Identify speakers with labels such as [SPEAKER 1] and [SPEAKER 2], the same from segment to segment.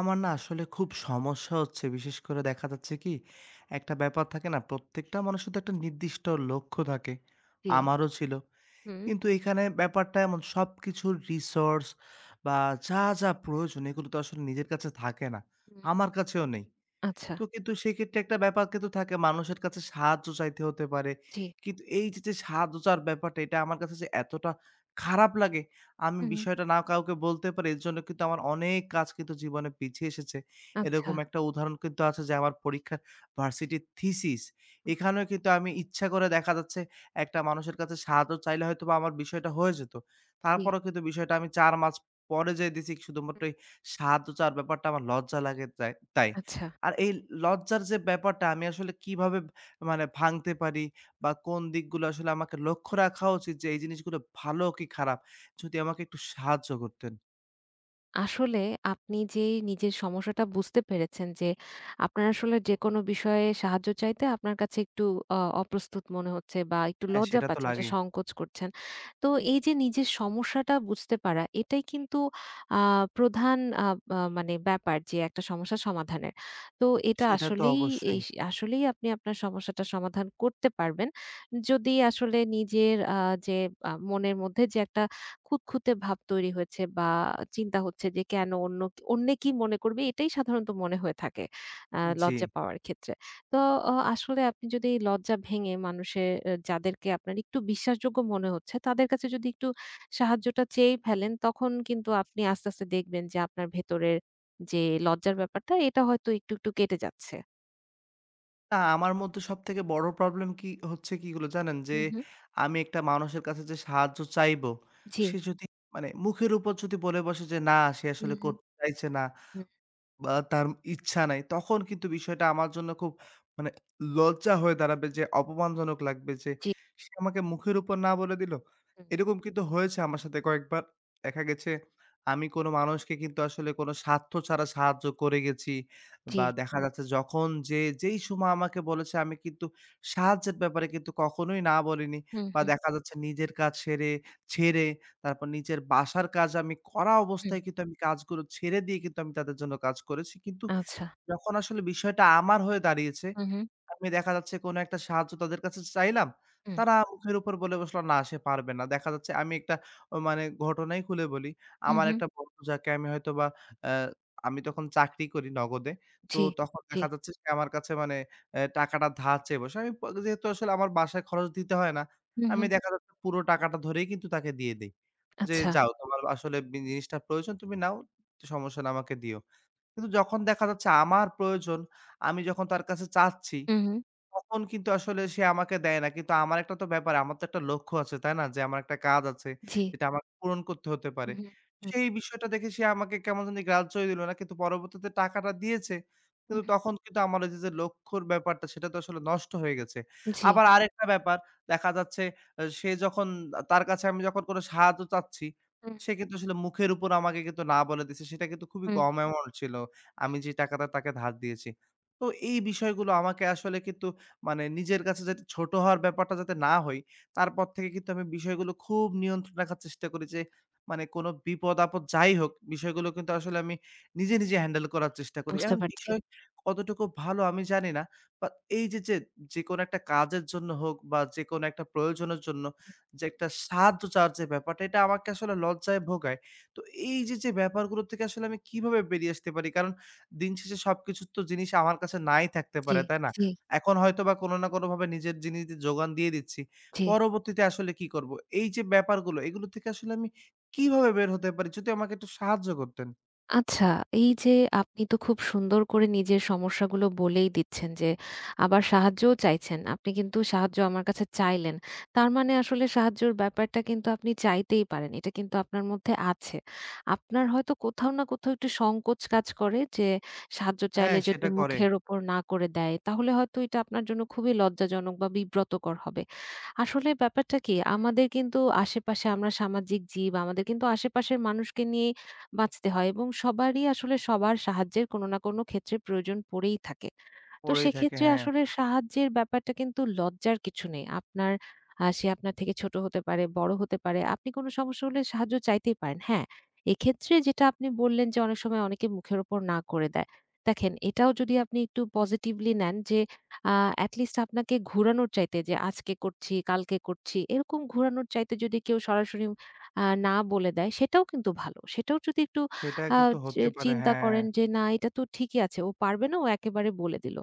[SPEAKER 1] আমার না আসলে খুব সমস্যা হচ্ছে। বিশেষ করে দেখা যাচ্ছে কি, একটা ব্যাপার থাকে না, প্রত্যেকটা মানুষের তো একটা নির্দিষ্ট লক্ষ্য থাকে।
[SPEAKER 2] জি।
[SPEAKER 1] আমারও ছিল।
[SPEAKER 2] হুম,
[SPEAKER 1] কিন্তু এখানে ব্যাপারটা এমন সবকিছুর রিসোর্স বা যা প্রয়োজন এগুলো তো আসলে নিজের কাছে থাকে না।
[SPEAKER 2] হুম।
[SPEAKER 1] আমার কাছেও নেই।
[SPEAKER 2] আচ্ছা,
[SPEAKER 1] তো কিন্তু সেক্ষেত্রে একটা ব্যাপার কিন্তু থাকে মানুষের কাছে সাহায্য চাইতে হতে পারে।
[SPEAKER 2] জি।
[SPEAKER 1] কিন্তু এই যে সাহায্য চাওয়ার ব্যাপারটা এটা আমার কাছে যে এতটা খারাপ লাগে, আমি
[SPEAKER 2] হুম,
[SPEAKER 1] বিষয়টা না কাউকে বলতে পারি এর জন্য কিন্তু আমার অনেক কাজ কিন্তু জীবনে পিছিয়ে এসেছে।
[SPEAKER 2] আচ্ছা,
[SPEAKER 1] এরকম একটা উদাহরণ কিন্তু আছে যে আমার পরীক্ষার ভার্সিটির থিসিস।
[SPEAKER 2] হুম।
[SPEAKER 1] এখানেও কিন্তু আমি ইচ্ছা করে দেখা যাচ্ছে একটা মানুষের কাছে সাহায্য চাইলে হয়তোবা আমার বিষয়টা হয়ে যেত।
[SPEAKER 2] জি,
[SPEAKER 1] তারপরেও কিন্তু বিষয়টা আমি ৪ মাস পরে যেয়ে দিছি শুধুমাত্র এই সাহায্য চাওয়ার ব্যাপারটা আমার লজ্জা লাগে তাই তাই।
[SPEAKER 2] আচ্ছা।
[SPEAKER 1] আর এই লজ্জার যে ব্যাপারটা আমি আসলে কিভাবে ভাঙতে পারি বা কোন দিকগুলো আসলে আমাকে লক্ষ্য রাখা উচিত যে এই জিনিসগুলো ভালো কি খারাপ? যদি আমাকে একটু সাহায্য করতেন।
[SPEAKER 2] আসলে আপনি যেই নিজের সমস্যাটা বুঝতে পেরেছেন যে আপনার আসলে যে কোনো বিষয়ে সাহায্য চাইতে আপনার কাছে একটু অপ্রস্তুত মনে হচ্ছে বা একটু
[SPEAKER 1] হ্যাঁ,
[SPEAKER 2] লজ্জা
[SPEAKER 1] সেটা তো
[SPEAKER 2] পাচ্ছেন, একটা
[SPEAKER 1] লাগেই।
[SPEAKER 2] সংকোচ করছেন। তো এই যে নিজের সমস্যাটা বুঝতে পারা, এটাই কিন্তু প্রধান আহ, আহ, মানে ব্যাপার যে একটা সমস্যা সমাধানের। তো এটা
[SPEAKER 1] সেটা তো
[SPEAKER 2] আসলেই
[SPEAKER 1] অবশ্যই।
[SPEAKER 2] এই আসলেই আপনি আপনার সমস্যাটা সমাধান করতে পারবেন যদি আসলে নিজের যে মনের মধ্যে যে একটা খুঁতখুঁতে ভাব তৈরি হয়েছে বা চিন্তা হচ্ছে যে কেন অন্যে কি মনে করবে, এটাই সাধারণত মনে হয়ে থাকে
[SPEAKER 1] জি।
[SPEAKER 2] লজ্জা পাওয়ার ক্ষেত্রে। তো আসলে আপনি যদি এই লজ্জা ভেঙে মানুষের যাদেরকে আপনার একটু বিশ্বাসযোগ্য মনে হচ্ছে তাদের কাছে যদি একটু সাহায্যটা চেয়েই ফেলেন, তখন কিন্তু আপনি আস্তে, আস্তে দেখবেন যে আপনার ভেতরের যে লজ্জার ব্যাপারটা এটা হয়তো একটু, একটু কেটে যাচ্ছে।
[SPEAKER 1] না আমার মধ্যে সবথেকে বড় প্রবলেম কি হচ্ছে কিগুলো জানেন? যে
[SPEAKER 2] হুম, হুম।
[SPEAKER 1] আমি একটা মানুষের কাছে যে সাহায্য চাইবো,
[SPEAKER 2] জি।
[SPEAKER 1] সে যদি মুখের উপর যদি বলে বসে যে না সে
[SPEAKER 2] হুম,
[SPEAKER 1] আসলে
[SPEAKER 2] হুম,
[SPEAKER 1] করতে চাইছে না
[SPEAKER 2] হুম।
[SPEAKER 1] বা তার ইচ্ছা নাই। তখন কিন্তু বিষয়টা আমার জন্য খুব মানে লজ্জা হয়ে দাঁড়াবে যে অপমানজনক লাগবে যে,
[SPEAKER 2] জি,
[SPEAKER 1] সে আমাকে মুখের উপর না বলে দিল।
[SPEAKER 2] হুম,
[SPEAKER 1] এরকম কিন্তু হয়েছে আমার সাথে কয়েকবার। দেখা গেছে আমি কোনো মানুষকে কিন্তু আসলে কোনো স্বার্থ ছাড়া সাহায্য করে গেছি
[SPEAKER 2] জি।
[SPEAKER 1] বা দেখা যাচ্ছে যখন যে যেই সময় আমাকে বলেছে আমি কিন্তু সাহায্যের ব্যাপারে কিন্তু কখনোই না বলিনি
[SPEAKER 2] হুম,
[SPEAKER 1] বা
[SPEAKER 2] হুম,
[SPEAKER 1] দেখা যাচ্ছে নিজের কাজ সেরে ছেড়ে তারপর নিজের বাসার কাজ আমি করা
[SPEAKER 2] হুম।
[SPEAKER 1] অবস্থায় কিন্তু আমি কাজগুলো ছেড়ে দিয়ে কিন্তু আমি তাদের জন্য কাজ করেছি। কিন্তু
[SPEAKER 2] আচ্ছা।
[SPEAKER 1] যখন আসলে বিষয়টা আমার হয়ে দাঁড়িয়েছে,
[SPEAKER 2] হুম, হুম,
[SPEAKER 1] আমি দেখা যাচ্ছে কোনো একটা সাহায্য তাদের কাছে চাইলাম।
[SPEAKER 2] হুম।
[SPEAKER 1] তারা মুখের উপর বলে বসলো, "না সে পারবে না।" দেখা যাচ্ছে আমি একটা মানে ঘটনাই খুলে বলি।
[SPEAKER 2] হুম,
[SPEAKER 1] আমার
[SPEAKER 2] হুম।
[SPEAKER 1] একটা বন্ধু যাকে আমি হয়তোবা অ্যা আমি তখন চাকরি করি নগদে। তো
[SPEAKER 2] জি,
[SPEAKER 1] তখন
[SPEAKER 2] জি।
[SPEAKER 1] দেখা যাচ্ছে সে আমার কাছে মানে টাকাটা ধার চেয়ে বসে। আমি প যেহেতু আসলে আমার বাসায় খরচ দিতে হয় না,
[SPEAKER 2] হুম,
[SPEAKER 1] আমি
[SPEAKER 2] হুম।
[SPEAKER 1] দেখা যাচ্ছে পুরো টাকাটা ধরেই কিন্তু তাকে দিয়ে দেই। যে,
[SPEAKER 2] আচ্ছা।
[SPEAKER 1] "যাও তোমার আসলে জিনিসটা প্রয়োজন তুমি নাও। সমস্যা না আমাকে দিও।" কিন্তু যখন দেখা যাচ্ছে আমার প্রয়োজন, আমি যখন তার কাছে চাচ্ছি
[SPEAKER 2] হুম, হুম।
[SPEAKER 1] তখন কিন্তু আসলে সে আমাকে দেয় না। কিন্তু আমার একটা তো ব্যাপার, আমার তো একটা লক্ষ্য আছে, তাই না? যে আমার একটা কাজ আছে,
[SPEAKER 2] জি।
[SPEAKER 1] যেটা আমাকে পূরণ করতে হতে পারে।
[SPEAKER 2] হুম, হুম।
[SPEAKER 1] সেই বিষয়টা দেখে সে আমাকে কেমন জানি গ্রাহ্যই দিল না। কিন্তু পরবর্তীতে টাকাটা দিয়েছে।
[SPEAKER 2] হুম,
[SPEAKER 1] কিন্তু
[SPEAKER 2] হুম।
[SPEAKER 1] তখন কিন্তু আমার ওই যে লক্ষ্যর ব্যাপারটা, সেটা তো আসলে নষ্ট হয়ে গেছে।
[SPEAKER 2] জি।
[SPEAKER 1] আবার আরেকটা ব্যাপার, দেখা যাচ্ছে সে যখন তার কাছে আমি যখন কোনো সাহায্য চাচ্ছি,
[SPEAKER 2] হুম,
[SPEAKER 1] সে কিন্তু আসলে মুখের উপর আমাকে কিন্তু না বলে দিছে। সেটা কিন্তু খুবই
[SPEAKER 2] হুম।
[SPEAKER 1] কম অ্যামাউন্ট ছিল। আমি যে টাকাটা তাকে ধার দিয়েছি। তো এই বিষয়গুলো আমাকে আসলে কিন্তু নিজের কাছে যাতে ছোট হওয়ার ব্যাপারটা যাতে না হই, তারপর থেকে কিন্তু আমি বিষয়গুলো খুব নিয়ন্ত্রণ রাখার চেষ্টা করি যে, মানে কোনো বিপদ-আপদ যাই হোক, বিষয়গুলো কিন্তু আসলে আমি নিজে হ্যান্ডেল করার চেষ্টা করি।
[SPEAKER 2] বুঝতে
[SPEAKER 1] এখন
[SPEAKER 2] পারছি।
[SPEAKER 1] বিষয় কতটুকু ভালো আমি জানি না। বাট এই যে যেকোনো একটা কাজের জন্য হোক বা যেকোনো একটা প্রয়োজনের জন্য যে একটা সাহায্য চাওয়ার যে ব্যাপারটা, এটা আমাকে আসলে লজ্জায় ভোগায়। তো এই যে ব্যাপারগুলো থেকে আসলে আমি কিভাবে বেরিয়ে আসতে পারি? কারণ দিন শেষে সবকিছুর তো জিনিস আমার কাছে নাই থাকতে
[SPEAKER 2] জি,
[SPEAKER 1] পারে, তাই না?
[SPEAKER 2] জি,
[SPEAKER 1] এখন হয়তোবা কোনো না কোনোভাবে নিজের জিনিস দিয়ে যোগান দিয়ে দিচ্ছি।
[SPEAKER 2] জি।
[SPEAKER 1] পরবর্তীতে আসলে কি করব? এই যে ব্যাপারগুলো, এগুলো থেকে আসলে আমি কিভাবে বের হতে পারি? যদি আমাকে একটু সাহায্য করতেন।
[SPEAKER 2] আচ্ছা, এই যে আপনি তো খুব সুন্দর করে নিজের সমস্যাগুলো বলেই দিচ্ছেন, যে আবার সাহায্যও চাইছেন। আপনি কিন্তু সাহায্য আমার কাছে চাইলেন। তার মানে আসলে সাহায্যর ব্যাপারটা কিন্তু আপনি চাইতেই পারেন। এটা কিন্তু আপনার মধ্যে আছে। আপনার হয়তো কোথাও না কোথাও একটু সংকোচ কাজ করে যে সাহায্য
[SPEAKER 1] হ্যাঁ,
[SPEAKER 2] চাইলে যদি
[SPEAKER 1] সেটা করে।
[SPEAKER 2] মুখের ওপর না করে দেয়, তাহলে হয়তো এটা আপনার জন্য খুবই লজ্জাজনক বা বিব্রতকর হবে। আসলে ব্যাপারটা কি? আমাদের কিন্তু আশেপাশে আমরা সামাজিক জীব। আমাদের কিন্তু আশেপাশের মানুষকে নিয়ে বাঁচতে হয়, এবং সবারই আসলে সবার সাহায্যের কোনো না কোনো ক্ষেত্রে প্রয়োজন পড়েই থাকে। তো
[SPEAKER 1] পড়েই থাকে,
[SPEAKER 2] সেক্ষেত্রে
[SPEAKER 1] হ্যাঁ।
[SPEAKER 2] আসলে সাহায্যের ব্যাপারটা কিন্তু লজ্জার কিছু নেই। আপনার সে আপনার থেকে ছোট হতে পারে, বড় হতে পারে। আপনি কোনো সমস্যা হলে সাহায্য চাইতেই পারেন। হ্যাঁ, এক্ষেত্রে যেটা আপনি বললেন যে অনেক সময় অনেকে মুখের উপর না করে দেয়। দেখেন, এটাও যদি আপনি একটু পজিটিভলি নেন যে আ এটি লিস্ট আপনাকে ঘুরানোর চাইতে, যে আজকে করছি, কালকে করছি, এরকম ঘুরানোর চাইতে যদি কেউ সরাসরি না বলে দেয়, সেটাও কিন্তু ভালো। সেটাও যদি একটু
[SPEAKER 1] সেটা
[SPEAKER 2] আ
[SPEAKER 1] কিন্তু
[SPEAKER 2] চে
[SPEAKER 1] হতে পারে,
[SPEAKER 2] চিন্তা
[SPEAKER 1] হ্যাঁ।
[SPEAKER 2] করেন যে না, এটা তো ঠিকই আছে। ও পারবে না, ও একেবারে বলে দিল।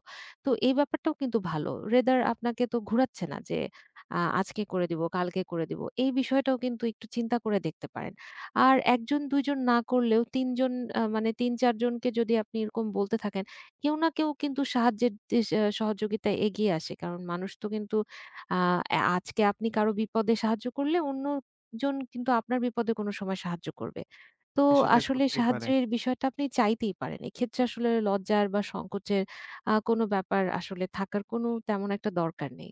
[SPEAKER 2] তো এই ব্যাপারটাও কিন্তু ভালো। রেদার আপনাকে তো ঘুরাচ্ছে না যে আজকে করে দিব, কালকে করে দিব। এই বিষয়টাও কিন্তু একটু চিন্তা করে দেখতে পারেন। আর ১ জন ২ জন না করলেও ৩ জন মানে ৩-৪ জনকে যদি আপনি এরকম বলতে থাকেন, কেউ না কেউ কিন্তু সাহায্যের সে সহযোগিতায় এগিয়ে আসে। কারণ মানুষ তো কিন্তু আ অ্যা আজকে আপনি কারো বিপদে সাহায্য করলে অন্যজন কিন্তু আপনার বিপদে কোনো সময় সাহায্য করবে। তো
[SPEAKER 1] সেটা
[SPEAKER 2] আসলে
[SPEAKER 1] করতেই পারে।
[SPEAKER 2] সাহায্যের বিষয়টা আপনি চাইতেই পারেন। এক্ষেত্রে আসলে লজ্জার বা সংকোচের কোনো ব্যাপার আসলে থাকার কোনো তেমন একটা দরকার নেই।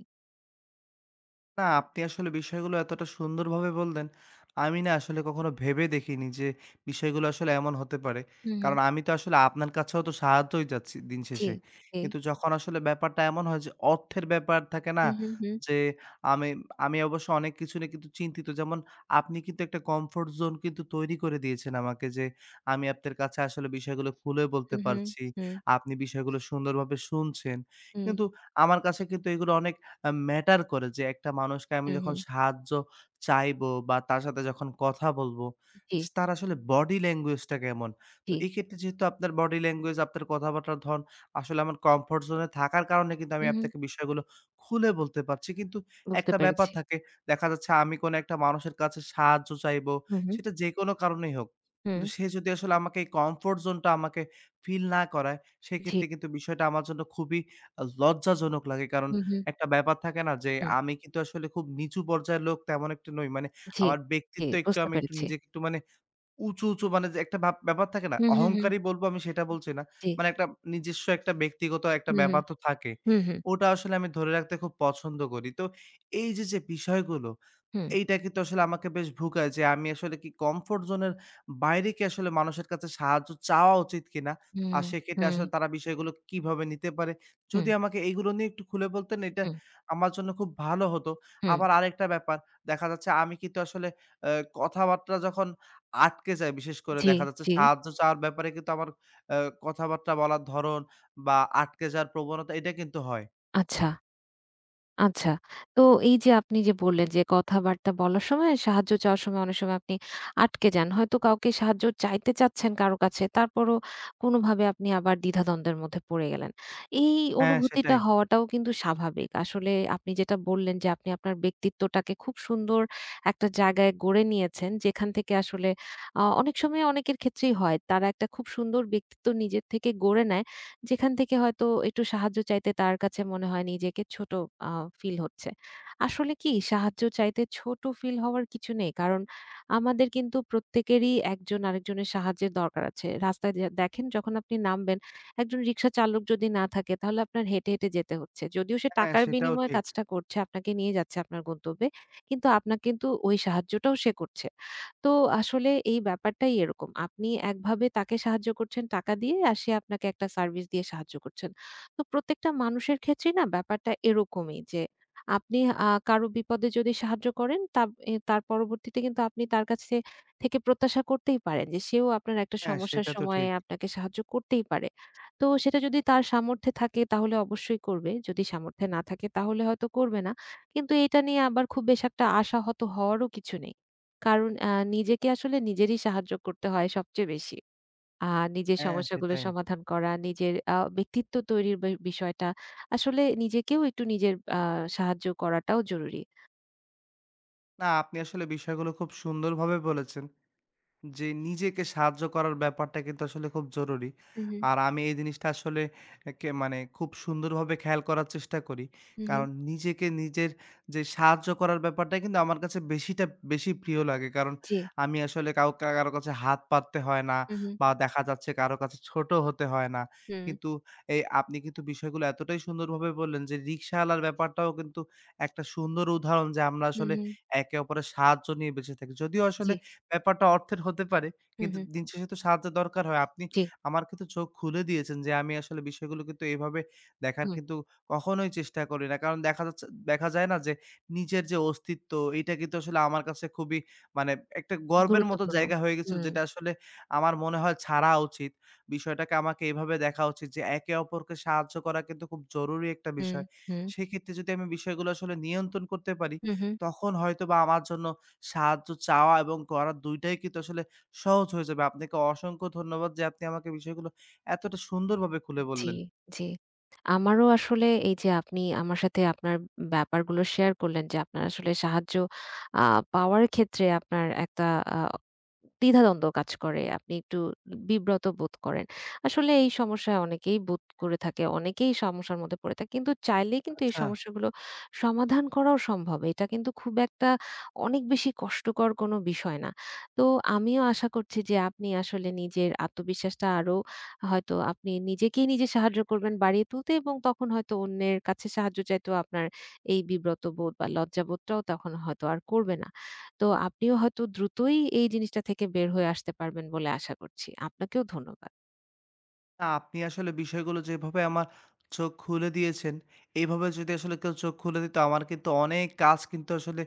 [SPEAKER 1] না, আপনি আসলে বিষয়গুলো এতটা সুন্দরভাবে বললেন। আমি না আসলে কখনো ভেবে দেখিনি যে বিষয়গুলো আসলে এমন হতে পারে।
[SPEAKER 2] হুম, হুম।
[SPEAKER 1] কারণ আমি তো আসলে আপনার কাছেও তো সাহায্যই চাচ্ছি দিন
[SPEAKER 2] জি,
[SPEAKER 1] শেষে।
[SPEAKER 2] জি।
[SPEAKER 1] কিন্তু যখন আসলে ব্যাপারটা এমন হয় যে অর্থের ব্যাপার থাকে না?
[SPEAKER 2] হু, হু, হু,
[SPEAKER 1] যে আমি আমি অবশ্য অনেক কিছু নিয়ে কিন্তু চিন্তিত। যেমন আপনি কিন্তু একটা কমফোর্ট জোন কিন্তু তৈরি করে দিয়েছেন আমাকে যে আমি আপনার কাছে আসলে বিষয়গুলো খুলে বলতে
[SPEAKER 2] হু, হু,
[SPEAKER 1] পারছি।
[SPEAKER 2] হু,
[SPEAKER 1] আপনি বিষয়গুলো সুন্দরভাবে শুনছেন।
[SPEAKER 2] হুম,
[SPEAKER 1] কিন্তু আমার কাছে কিন্তু এগুলো অনেক ম্যাটার করে যে একটা মানুষকে আমি
[SPEAKER 2] হুম,
[SPEAKER 1] যখন
[SPEAKER 2] হুম।
[SPEAKER 1] সাহায্য চাইবো বা তার সাথে যখন কথা বলবো,
[SPEAKER 2] জি,
[SPEAKER 1] তার আসলে বডি ল্যাঙ্গুয়েজটা কেমন? তো
[SPEAKER 2] জি।
[SPEAKER 1] এক্ষেত্রে যেহেতু আপনার বডি ল্যাঙ্গুয়েজ, আপনার কথাবার্তার ধরন আসলে আমার কমফোর্ট জোনে থাকার কারণে কিন্তু আমি
[SPEAKER 2] হুম, হুম।
[SPEAKER 1] আপনাকে বিষয়গুলো খুলে বলতে পারছি। কিন্তু
[SPEAKER 2] বুঝতে
[SPEAKER 1] একটা ব্যাপার
[SPEAKER 2] পেরেছি।
[SPEAKER 1] থাকে, দেখা যাচ্ছে আমি কোনো একটা মানুষের কাছে সাহায্য চাইবো,
[SPEAKER 2] হু, হু,
[SPEAKER 1] সেটা যেকোনো কারণেই হোক।
[SPEAKER 2] হুম।
[SPEAKER 1] কিন্তু সে যদি আসলে আমাকে এই কমফোর্ট জোনটা আমাকে ফিল না করায়,
[SPEAKER 2] জি।
[SPEAKER 1] সেক্ষেত্রে কিন্তু বিষয়টা আমার জন্য খুবই লজ্জাজনক লাগে। কারণ
[SPEAKER 2] হু, হু,
[SPEAKER 1] একটা ব্যাপার থাকে না যে
[SPEAKER 2] হু,
[SPEAKER 1] আমি কিন্তু আসলে খুব নিচু পর্যায়ের লোক তেমন একটা নই। মানে
[SPEAKER 2] জি,
[SPEAKER 1] আমার
[SPEAKER 2] জি।
[SPEAKER 1] ব্যক্তিত্ব একটু
[SPEAKER 2] বুঝতে
[SPEAKER 1] আমি একটু
[SPEAKER 2] পেরেছি।
[SPEAKER 1] নিজেকে একটু মানে উঁচু মানে যে একটা ভাব ব্যাপার থাকে না?
[SPEAKER 2] হু, হু, হু,
[SPEAKER 1] অহংকারী বলব আমি সেটা বলছি না।
[SPEAKER 2] জি।
[SPEAKER 1] মানে একটা নিজস্ব একটা ব্যক্তিগত একটা
[SPEAKER 2] হু, হু,
[SPEAKER 1] ব্যাপার তো থাকে।
[SPEAKER 2] হু, হু,
[SPEAKER 1] ওটা আসলে আমি ধরে রাখতে খুব পছন্দ করি। তো এই যে বিষয়গুলো
[SPEAKER 2] হু,
[SPEAKER 1] এইটা কিন্তু আসলে আমাকে বেশ ভুগায় যে আমি আসলে কি কমফোর্ট জোনের বাইরে কি আসলে মানুষের কাছে সাহায্য চাওয়া উচিত কিনা?
[SPEAKER 2] হু,
[SPEAKER 1] আর
[SPEAKER 2] হু,
[SPEAKER 1] সেক্ষেত্রে আসলে তারা বিষয়গুলো কিভাবে নিতে পারে?
[SPEAKER 2] হু,
[SPEAKER 1] যদি আমাকে এগুলো নিয়ে একটু খুলে বলতেন এটা
[SPEAKER 2] হু,
[SPEAKER 1] আমার জন্য খুব ভালো হতো।
[SPEAKER 2] হু,
[SPEAKER 1] আবার আরেকটা ব্যাপার দেখা যাচ্ছে আমি কিন্তু আসলে আ কথাবার্তা যখন আটকে যায় বিশেষ করে
[SPEAKER 2] জি,
[SPEAKER 1] দেখা যাচ্ছে
[SPEAKER 2] জি।
[SPEAKER 1] সাহায্য চাওয়ার ব্যাপারে কিন্তু আমার আ কথাবার্তা বলার ধরন বা আটকে যাওয়ার প্রবণতা এটা কিন্তু হয়।
[SPEAKER 2] আচ্ছা। আচ্ছা। তো এই যে আপনি যে বললেন যে কথাবার্তা বলার সময়, সাহায্য চাওয়ার সময় অনেক সময় আপনি আটকে যান। হয়তো কাউকে সাহায্য চাইতে চাচ্ছেন কারো কাছে। তারপরও কোনভাবে আপনি আবার দ্বিধাদ্বন্দ্বের মধ্যে পড়ে গেলেন। এই
[SPEAKER 1] হ্যাঁ,
[SPEAKER 2] অনুভূতিটা
[SPEAKER 1] সেটাই।
[SPEAKER 2] হওয়াটাও কিন্তু স্বাভাবিক। আসলে আপনি যেটা বললেন যে আপনি আপনার ব্যক্তিত্বটাকে খুব সুন্দর একটা জায়গায় গড়ে নিয়েছেন। যেখান থেকে আসলে অনেক সময় অনেকের ক্ষেত্রেই হয়। তারা একটা খুব সুন্দর ব্যক্তিত্ব নিজের থেকে গড়ে নেয়। যেখান থেকে হয়তো একটু সাহায্য চাইতে তার কাছে মনে হয় নিজেকে ছোট আ ফিল হচ্ছে। আসলে কি সাহায্য চাইতে ছোট ফিল হওয়ার কিছু নেই। কারণ আমাদের কিন্তু প্রত্যেকেরই একজন আরেকজনের সাহায্যের দরকার আছে। রাস্তায় দেখেন যখন আপনি নামবেন, একজন রিক্সা চালক যদি না থাকে তাহলে আপনার হেঁটে, হেঁটে যেতে হচ্ছে। যদিও সে
[SPEAKER 1] হ্যাঁ,
[SPEAKER 2] টাকার
[SPEAKER 1] সেটাও
[SPEAKER 2] বিনিময়ে
[SPEAKER 1] ঠিক।
[SPEAKER 2] কাজটা করছে, আপনাকে নিয়ে যাচ্ছে আপনার গন্তব্যে। কিন্তু আপনার কিন্তু ওই সাহায্যটাও সে করছে। তো আসলে এই ব্যাপারটাই এরকম। আপনি একভাবে তাকে সাহায্য করছেন টাকা দিয়ে, আর সে আপনাকে একটা সার্ভিস দিয়ে সাহায্য করছেন। তো প্রত্যেকটা মানুষের ক্ষেত্রেই না ব্যাপারটা এরকমই যে আপনি কারো বিপদে যদি সাহায্য করেন, তাব এ তার পরবর্তীতে কিন্তু আপনি তার কাছে থেকে প্রত্যাশা করতেই পারেন যে সেও আপনার একটা
[SPEAKER 1] হ্যাঁ,
[SPEAKER 2] সমস্যার
[SPEAKER 1] সেটা তো
[SPEAKER 2] সময়ে
[SPEAKER 1] ঠিক।
[SPEAKER 2] আপনাকে সাহায্য করতেই পারে। তো সেটা যদি তার সামর্থ্যে থাকে তাহলে অবশ্যই করবে। যদি সামর্থ্যে না থাকে তাহলে হয়তো করবে না। কিন্তু এটা নিয়ে আবার খুব বেশ একটা আশাহত হওয়ারও কিছু নেই। কারণ নিজেকে আসলে নিজেরই সাহায্য করতে হয় সবচেয়ে বেশি। আ নিজের
[SPEAKER 1] হ্যাঁ,
[SPEAKER 2] সমস্যাগুলো
[SPEAKER 1] সেটাই।
[SPEAKER 2] সমাধান করা, নিজের ব্যক্তিত্ব তৈরির বিষয়টা আসলে নিজেকেও একটু নিজের সাহায্য করাটাও জরুরি।
[SPEAKER 1] না, আপনি আসলে বিষয়গুলো খুব সুন্দরভাবে বলেছেন। যে নিজেকে সাহায্য করার ব্যাপারটা কিন্তু আসলে খুব জরুরি।
[SPEAKER 2] হু, হু,
[SPEAKER 1] আর আমি এই জিনিসটা আসলে একে মানে খুব সুন্দরভাবে খেয়াল করার চেষ্টা করি।
[SPEAKER 2] হু, হু।
[SPEAKER 1] কারণ নিজেকে নিজের যে সাহায্য করার ব্যাপারটা কিন্তু আমার কাছে বেশি প্রিয় লাগে। কারণ
[SPEAKER 2] জি।
[SPEAKER 1] আমি আসলে কাউকে কারো কাছে হাত পাততে হয় না
[SPEAKER 2] হু, হু,
[SPEAKER 1] বা দেখা যাচ্ছে কারো কাছে ছোট হতে হয় না।
[SPEAKER 2] হুম,
[SPEAKER 1] কিন্তু এই আপনি কিন্তু বিষয়গুলো এতটাই সুন্দরভাবে বললেন যে রিক্শাওয়ালার ব্যাপারটাও কিন্তু একটা সুন্দর উদাহরণ যে আমরা
[SPEAKER 2] হু,
[SPEAKER 1] আসলে
[SPEAKER 2] হু।
[SPEAKER 1] একে অপরের সাহায্য নিয়ে বেঁচে থাকি। যদিও আসলে
[SPEAKER 2] জি।
[SPEAKER 1] ব্যাপারটা অর্থের হতে পারে।
[SPEAKER 2] হু,
[SPEAKER 1] কিন্তু
[SPEAKER 2] হু।
[SPEAKER 1] দিন শেষে তো সাহায্যের দরকার হয়। আপনি
[SPEAKER 2] জি।
[SPEAKER 1] আমার কিন্তু চোখ খুলে দিয়েছেন যে আমি আসলে বিষয়গুলো কিন্তু এভাবে দেখার
[SPEAKER 2] হুম।
[SPEAKER 1] কিন্তু কখনোই চেষ্টা করি না। কারণ দেখা যাচ্ছে দেখা যায় না যে নিজের যে অস্তিত্ব এটা কিন্তু আসলে আমার কাছে খুবই মানে একটা গর্বের মতো
[SPEAKER 2] গুরুত্বপূর্ণ।
[SPEAKER 1] জায়গা হয়ে গেছিল
[SPEAKER 2] হুম,
[SPEAKER 1] যেটা আসলে আমার মনে হয় ছাড়া উচিত। বিষয়টাকে আমাকে এভাবে দেখা উচিত যে একে অপরকে সাহায্য করা কিন্তু খুব জরুরি একটা
[SPEAKER 2] হুম,
[SPEAKER 1] বিষয়।
[SPEAKER 2] হুম,
[SPEAKER 1] সেক্ষেত্রে যদি আমি বিষয়গুলো আসলে নিয়ন্ত্রণ করতে পারি
[SPEAKER 2] হু, হু।
[SPEAKER 1] তখন হয়তোবা আমার জন্য সাহায্য চাওয়া এবং করা ২ টাই কিন্তু আসলে সহজ হয়ে যাবে। আপনাকে অসংখ্য ধন্যবাদ যে আপনি আমাকে বিষয়গুলো এতটা সুন্দরভাবে খুলে
[SPEAKER 2] জি,
[SPEAKER 1] বললেন।
[SPEAKER 2] জি। আমারও আসলে এই যে আপনি আমার সাথে আপনার ব্যাপারগুলো শেয়ার করলেন যে আপনার আসলে সাহায্য আ পাওয়ার ক্ষেত্রে আপনার একটা আ দ্বিধাদ্বন্দ্ব কাজ করে। আপনি একটু বিব্রত বোধ করেন। আসলে এই সমস্যায় অনেকেই বোধ করে থাকে। অনেকেই সমস্যার মধ্যে পড়ে থাকে। কিন্তু চাইলেই কিন্তু এই
[SPEAKER 1] আচ্ছা।
[SPEAKER 2] সমস্যাগুলো সমাধান করাও সম্ভব। এটা কিন্তু খুব একটা অনেক বেশি কষ্টকর কোনো বিষয় না। তো আমিও আশা করছি যে আপনি আসলে নিজের আত্মবিশ্বাসটা আরো, হয়তো আপনি নিজেকেই নিজে সাহায্য করবেন বাড়িয়ে তুলতে, এবং তখন হয়তো অন্যের কাছে সাহায্য চাইতেও আপনার এই বিব্রত বোধ বা লজ্জাবোধটাও তখন হয়তো আর করবে না। তো আপনিও হয়তো দ্রুতই এই জিনিসটা থেকে বের হয়ে আসতে পারবেন বলে আশা করছি। আপনাকেও ধন্যবাদ।
[SPEAKER 1] না আপনি আসলে বিষয়গুলো যেভাবে আমার চোখ খুলে দিয়েছেন, এভাবে যদি আসলে কেউ চোখ খুলে দিত আমার কিন্তু অনেক কাজ কিন্তু আসলে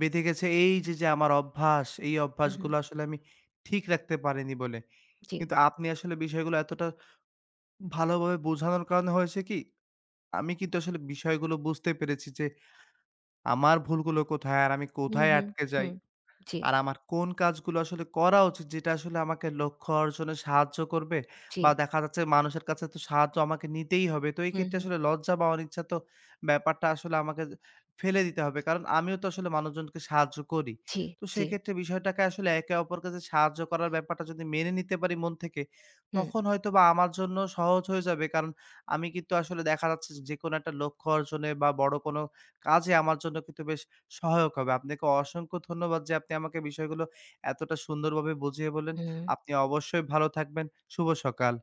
[SPEAKER 1] বেঁধে গেছে। এই যে আমার অভ্যাস, এই
[SPEAKER 2] হু, হু।
[SPEAKER 1] অভ্যাসগুলো আসলে আমি ঠিক রাখতে পারিনি বলে।
[SPEAKER 2] জি।
[SPEAKER 1] কিন্তু আপনি আসলে বিষয়গুলো এতটা ভালোভাবে বোঝানোর কারণে হয়েছে কি, আমি কিন্তু আসলে বিষয়গুলো বুঝতে পেরেছি যে আমার ভুলগুলো কোথায়? আর আমি
[SPEAKER 2] হু,
[SPEAKER 1] কোথায়
[SPEAKER 2] হু।
[SPEAKER 1] আটকে যাই?
[SPEAKER 2] হুম। জি,
[SPEAKER 1] আর আমার কোন কাজগুলো আসলে করা উচিত যেটা আসলে আমাকে লক্ষ্য অর্জনে সাহায্য করবে?
[SPEAKER 2] জি।
[SPEAKER 1] বা দেখা যাচ্ছে মানুষের কাছে তো সাহায্য আমাকে নিতেই হবে। তো এই
[SPEAKER 2] হু,
[SPEAKER 1] ক্ষেত্রে
[SPEAKER 2] হু।
[SPEAKER 1] আসলে লজ্জা বা অনিচ্ছা তো ব্যাপারটা আসলে আমাকে ফেলে দিতে হবে। কারণ আমিও তো আসলে মানুষজনকে সাহায্য করি।
[SPEAKER 2] জি,
[SPEAKER 1] তো
[SPEAKER 2] জি।
[SPEAKER 1] সেক্ষেত্রে বিষয়টাকে আসলে একে অপরকে যে সাহায্য করার ব্যাপারটা যদি মেনে নিতে পারি মন থেকে,
[SPEAKER 2] হুম,
[SPEAKER 1] তখন হয়তোবা আমার জন্য সহজ হয়ে যাবে। কারণ আমি কিন্তু আসলে দেখা যাচ্ছে যেকোনো একটা লক্ষ্য অর্জনে বা বড় কোনো কাজে আমার জন্য কিন্তু বেশ সহায়ক হবে। আপনাকে অসংখ্য ধন্যবাদ যে আপনি আমাকে বিষয়গুলো এতটা সুন্দরভাবে বুঝিয়ে বললেন।
[SPEAKER 2] হুম।
[SPEAKER 1] আপনি অবশ্যই ভালো থাকবেন। শুভ সকাল।